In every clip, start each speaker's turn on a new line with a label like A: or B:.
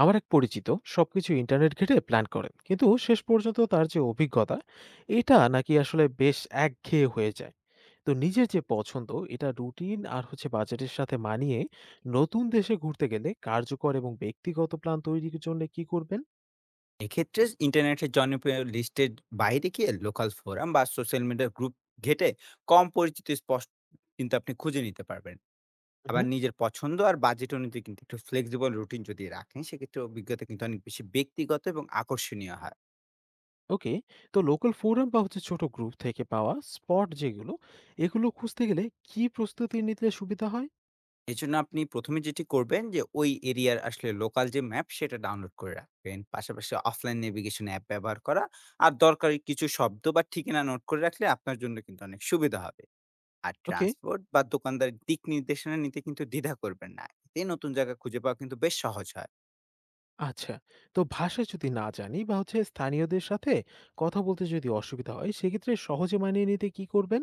A: আমার এক পরিচিত সবকিছু ইন্টারনেট ঘেটে প্ল্যান করেন, কিন্তু শেষ পর্যন্ত তার যে অভিজ্ঞতা এটা নাকি আসলে বেশ একঘেয়ে হয়ে যায়। তো নিজের যে পছন্দ, এটা রুটিন আর বাজেটের সাথে মানিয়ে নতুন দেশে ঘুরতে গেলে কার্যকর এবং ব্যক্তিগত প্ল্যান তৈরির জন্য কি করবেন?
B: এক্ষেত্রে ইন্টারনেটের জনপ্রিয় লিস্টের বাইরে গিয়ে লোকাল ফোরাম বা সোশ্যাল মিডিয়া গ্রুপ ঘেটে কম পরিচিত স্পষ্ট কিন্তু আপনি খুঁজে নিতে পারবেন।
A: হুম।
B: আবার নিজের পছন্দ আর বাজেট অনুযায়ী কিন্তু একটু ফ্লেক্সিবল রুটিন যদি রাখেন সেক্ষেত্রে অভিজ্ঞতা কিন্তু অনেক বেশি ব্যক্তিগত এবং আকর্ষণীয় হয়।
A: ওকে। তো লোকাল ফোরাম বা ছোট গ্রুপ থেকে পাওয়া স্পট যেগুলো, এগুলো খুঁজতে গেলে কি প্রস্তুতি নিতে সুবিধা হয়?
B: এই জন্য আপনি প্রথমে যেটি করবেন যে ওই এরিয়ার আসলে লোকাল যে ম্যাপ সেটা ডাউনলোড করে রাখবেন, পাশাপাশি অফলাইন নেভিগেশন অ্যাপ ব্যবহার করা আর দরকারি কিছু শব্দ বা ঠিকানা নোট করে রাখলে আপনার জন্য কিন্তু অনেক সুবিধা হবে। আর
A: ওকে।
B: ট্রান্সপোর্ট বা দোকানদার দিক নির্দেশনা নিতে কিন্তু দ্বিধা করবেন না, এতে নতুন জায়গা খুঁজে পাওয়া কিন্তু বেশ সহজ হয়।
A: আচ্ছা। তো ভাষা যদি না জানি বা স্থানীয়দের সাথে কথা বলতে যদি অসুবিধা হয়, সেক্ষেত্রে সহজে মানিয়ে নিতে কি করবেন?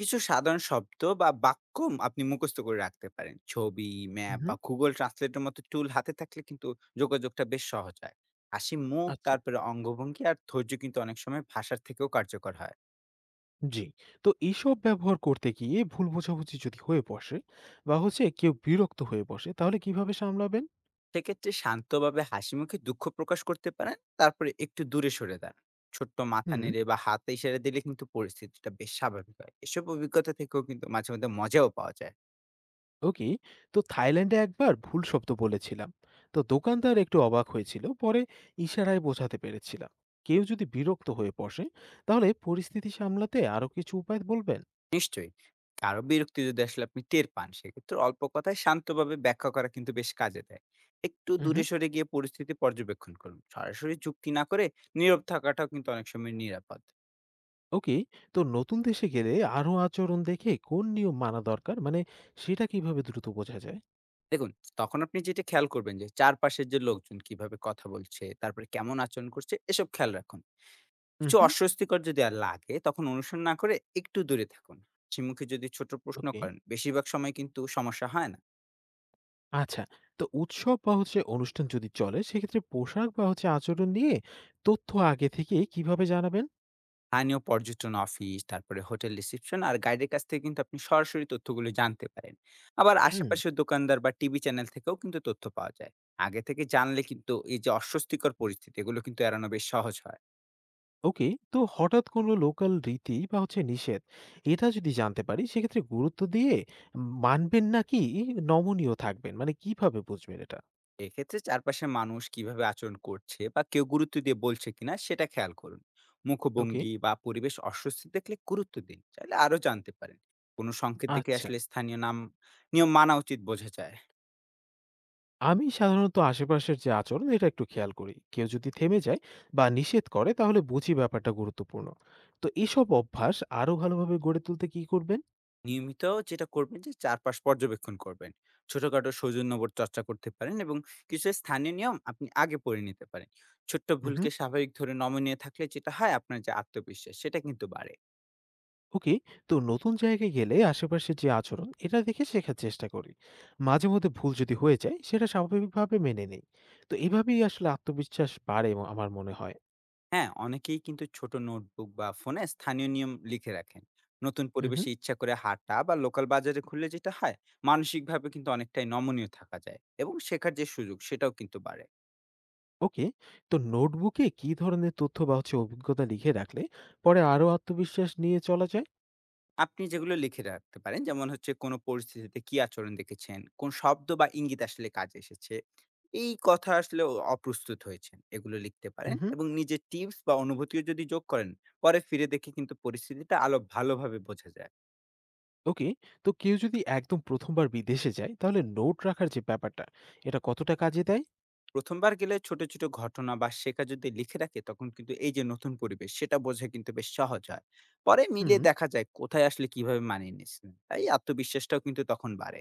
B: কিছু সাধারণ শব্দ বা বাক্য আপনি মুখস্থ করে রাখতে পারেন। ছবি, ম্যাপ
A: হুম।
B: বা গুগল ট্রান্সলেটের মতো টুল হাতে থাকলে কিন্তু যোগাযোগটা বেশ সহজ হয়। হাসি মুখ,
A: আচ্ছা।
B: তারপরে অঙ্গভঙ্গি আর ধৈর্য কিন্তু অনেক সময় ভাষার থেকেও কার্যকর হয়।
A: জি। তো এইসব ব্যবহার করতে গিয়ে ভুল বোঝাবুঝি যদি হয়ে বসে বা কেউ বিরক্ত হয়ে বসে, তাহলে কিভাবে সামলাবেন?
B: সেক্ষেত্রে শান্তভাবে হাসিমুখে দুঃখ প্রকাশ করতে পারেন। তারপরে একটু দূরে সরে দাঁড়ান। ছোট্ট মাথা
A: হুম।
B: নেড়ে বা হাত ইশারা দিলে কিন্তু পরিস্থিতিটা বেশ স্বাভাবিক হয়। এসব অভিজ্ঞতা থেকেও কিন্তু মাঝে মধ্যে মজাও পাওয়া যায়।
A: ওকে। তো থাইল্যান্ডে একবার ভুল শব্দ বলেছিলাম, তো দোকানদার একটু অবাক হয়েছিল, পরে ইশারায় বোঝাতে পেরেছিলাম। কেউ যদি বিরক্ত হয়ে বসে তাহলে পরিস্থিতি সামলাতে আরো কিছু উপায় বলবেন?
B: নিশ্চয়ই। কারো বিরক্তি যদি আসলে আপনি টের পান, সেক্ষেত্রে অল্প কথায় শান্তভাবে ব্যাখ্যা করা কিন্তু বেশ কাজে দেয়। একটু
A: হুম।
B: দূরে সরে গিয়ে পরিস্থিতি পর্যবেক্ষণ করুন। সরাসরি যুক্তি না করে নীরব থাকাটাও কিন্তু অনেক সময় নিরাপদ।
A: ওকে। তো নতুন দেশে গেলে আরো আচরণ দেখে কোন নিয়ম মানা দরকার? মানে সেটা কিভাবে দ্রুত বোঝা যায়?
B: দেখুন, তখন আপনি যেটা খেয়াল করবেন যে চারপাশের যে লোকজন কিভাবে কথা বলছে, তারপরে কেমন আচরণ করছে, এসব খেয়াল রাখুন।
A: হুম
B: কিছু
A: হুম।
B: অস্বস্তিকর যদি আর লাগে তখন অনুসরণ না করে একটু দূরে থাকুন। মুখে যদি ছোট প্রশ্ন
A: ওকে।
B: করেন বেশিরভাগ সময় কিন্তু সমস্যা হয় না।
A: আচ্ছা। তো উৎসব বা অনুষ্ঠান যদি চলে, সেক্ষেত্রে পোশাক বা আচরণ নিয়ে তথ্য আগে থেকে কিভাবে জানাবেন?
B: স্থানীয় পর্যটন অফিস, তারপরে হোটেল রিসেপশন আর গাইডের কাছ থেকে কিন্তু আপনি সরাসরি তথ্যগুলো জানতে পারেন। আবার
A: হুম।
B: আশেপাশের দোকানদার বা টিভি চ্যানেল থেকেও কিন্তু তথ্য পাওয়া যায়। আগে থেকে জানলে কিন্তু এই যে অস্বস্তিকর পরিস্থিতি, এগুলো কিন্তু এড়ানো বেশ সহজ হয়।
A: ওকে। তো হঠাৎ কোনো লোকাল রীতি বা নিষেধ, এটা যদি জানতে পারি সেক্ষেত্রে গুরুত্ব দিয়ে মানবেন নাকি নমনীয় থাকবেন? মানে কিভাবে বুঝবেন এটা?
B: এক্ষেত্রে চারপাশের মানুষ কিভাবে আচরণ করছে বা কেউ গুরুত্ব দিয়ে বলছে কিনা সেটা খেয়াল করুন।
A: ওকে।
B: মুখভঙ্গি বা পরিবেশ অস্বস্তি দেখলে গুরুত্ব দিন, চাইলে আরো জানতে পারেন। কোনো সংকেত দেখে
A: আচ্ছা।
B: আসলে স্থানীয় নাম, নিয়ম মানা উচিত বোঝা যায়।
A: আমি সাধারণত আশেপাশের যে আচরণ এটা একটু খেয়াল করি। কেউ যদি থেমে যায় বা নিষেধ করে তাহলে বুঝি ব্যাপারটা গুরুত্বপূর্ণ। তো এসব অভ্যাস আরো ভালোভাবে গড়ে তুলতে কি করবেন?
B: নিয়মিত যেটা করবেন যে চারপাশ পর্যবেক্ষণ করবেন, ছোটখাটো সৌজন্যবোধ চর্চা করতে পারেন এবং কিছু স্থানীয় নিয়ম আপনি আগে পড়ে নিতে পারেন। ছোট্ট
A: হুম।
B: ভুলকে স্বাভাবিক ধরে নমনীয় থাকলে যেটা হয়, আপনার যে আত্মবিশ্বাস সেটা কিন্তু বাড়ে।
A: ওকে। তো নতুন জায়গায় গেলে আশেপাশের যে আচরণ এটা দেখে শেখার চেষ্টা করি। মাঝে মধ্যে ভুল যদি হয়ে যায় সেটা স্বাভাবিকভাবে মেনে নেই। তো এভাবেই আসলে আত্মবিশ্বাস বাড়ে আমার মনে হয়।
B: হ্যাঁ, অনেকেই কিন্তু ছোট নোটবুক বা ফোনে স্থানীয় নিয়ম লিখে রাখেন। নতুন
A: হুম।
B: পরিবেশে ইচ্ছা করে হাঁটা বা লোকাল বাজারে খুললে যেটা হয়, মানসিকভাবে কিন্তু অনেকটাই নমনীয় থাকা যায় এবং শেখার যে সুযোগ সেটাও কিন্তু বাড়ে।
A: ওকে। তো নোটবুকে কি ধরনের তথ্য বা অভিজ্ঞতা লিখে রাখলে পরে আরো আত্মবিশ্বাস নিয়ে চলা যায়?
B: আপনি যেগুলো লিখে রাখতে পারেন, যেমন হচ্ছে কোনো পরিস্থিতিতে কি আচরণ দেখেছেন, কোন শব্দ বা ইঙ্গিত আসলে কাজে এসেছে, এই কথা আসলে ও অপ্রস্তুত হয়েছেন, এগুলো লিখতে পারেন
A: হুম।
B: এবং নিজের টিপস বা অনুভূতিও যদি যোগ করেন পরে ফিরে দেখে কিন্তু পরিস্থিতিটা আলো ভালোভাবে বোঝা যায়।
A: ওকে। তো কেউ যদি একদম প্রথমবার বিদেশে যায় তাহলে নোট রাখার যে ব্যাপারটা, এটা কতটা কাজে দেয়?
B: প্রথমবার গেলে ছোট, ছোট ঘটনা বা শেখা যদি লিখে রাখে তখন কিন্তু এই যে নতুন পরিবেশ সেটা বোঝা কিন্তু বেশ সহজ হয়। পরে
A: হুম।
B: মিলিয়ে দেখা যায় কোথায় আসলে কিভাবে মানিয়ে নিচ্ছেন। তাই আত্মবিশ্বাসটাও কিন্তু তখন বাড়ে।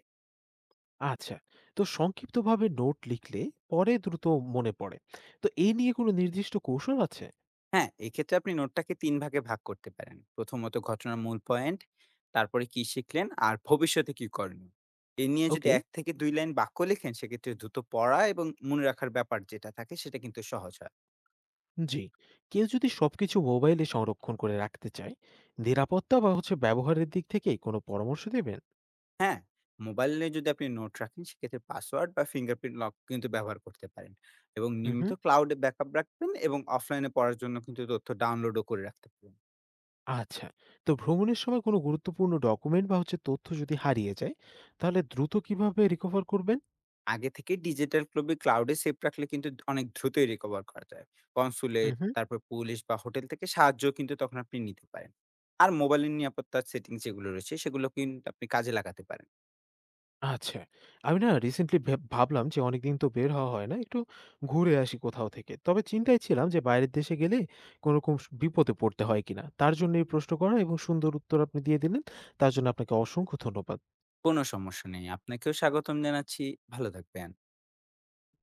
A: আচ্ছা। তো সংক্ষিপ্তভাবে নোট লিখলে পরে দ্রুত মনে পড়ে। তো এই নিয়ে কোনো নির্দিষ্ট কৌশল আছে?
B: হ্যাঁ, এক্ষেত্রে আপনি নোটটাকে ৩ ভাগে ভাগ করতে পারেন। প্রথমত ঘটনার মূল পয়েন্ট, তারপরে কি শিখলেন আর ভবিষ্যতে কি করণীয়। এ নিয়ে যদি
A: ওকে।
B: ১ থেকে ২ লাইন বাক্য লেখেন সেক্ষেত্রে দ্রুত পড়া এবং মনে রাখার ব্যাপার যেটা থাকে সেটা কিন্তু সহজ হয়।
A: জি। কেউ যদি সবকিছু মোবাইলে সংরক্ষণ করে রাখতে চায়, নিরাপত্তা বা ব্যবহারের দিক থেকে কোনো পরামর্শ দেবেন?
B: হ্যাঁ, মোবাইলে যদি আপনি নোট রাখেন সেক্ষেত্রে পাসওয়ার্ড বা ফিঙ্গারপ্রিন্ট লক কিন্তু ব্যবহার করতে পারেন এবং
A: হুম
B: নিয়মিত
A: হুম।
B: ক্লাউডে ব্যাকআপ রাখবেন এবং অফলাইনে পড়ার জন্য কিন্তু তথ্য ডাউনলোডও করে রাখতে পারেন।
A: আচ্ছা। তো ভ্রমণের সময় কোনো গুরুত্বপূর্ণ ডকুমেন্ট বা তথ্য যদি হারিয়ে যায় তাহলে দ্রুত কিভাবে রিকভার করবেন?
B: আগে থেকে ডিজিটাল ক্লবে ক্লাউডে সেভ রাখলে কিন্তু অনেক দ্রুতই রিকভার করা যায়। কনসুলেট, তারপর পুলিশ বা হোটেল থেকে সাহায্য কিন্তু তখন আপনি নিতে পারেন। আর মোবাইলের নিরাপত্তার সেটিং যেগুলো রয়েছে সেগুলো কিন্তু আপনি কাজে লাগাতে পারেন।
A: আচ্ছা। আমি না রিসেন্টলি ভাবলাম যে অনেকদিন তো বের হওয়া হয় না। একটু ঘুরে আসি কোথাও থেকে। তবে চিন্তায় ছিলাম যে বাইরের দেশে গেলে কোনোরকম বিপদে পড়তে হয় কিনা? তার জন্য এই প্রশ্ন করা এবং সুন্দর উত্তর আপনি দিয়ে দিলেন। তার জন্য আপনাকে অসংখ্য ধন্যবাদ।
B: কোনো সমস্যা নেই। আপনাকেও স্বাগতম জানাচ্ছি। ভালো থাকবেন।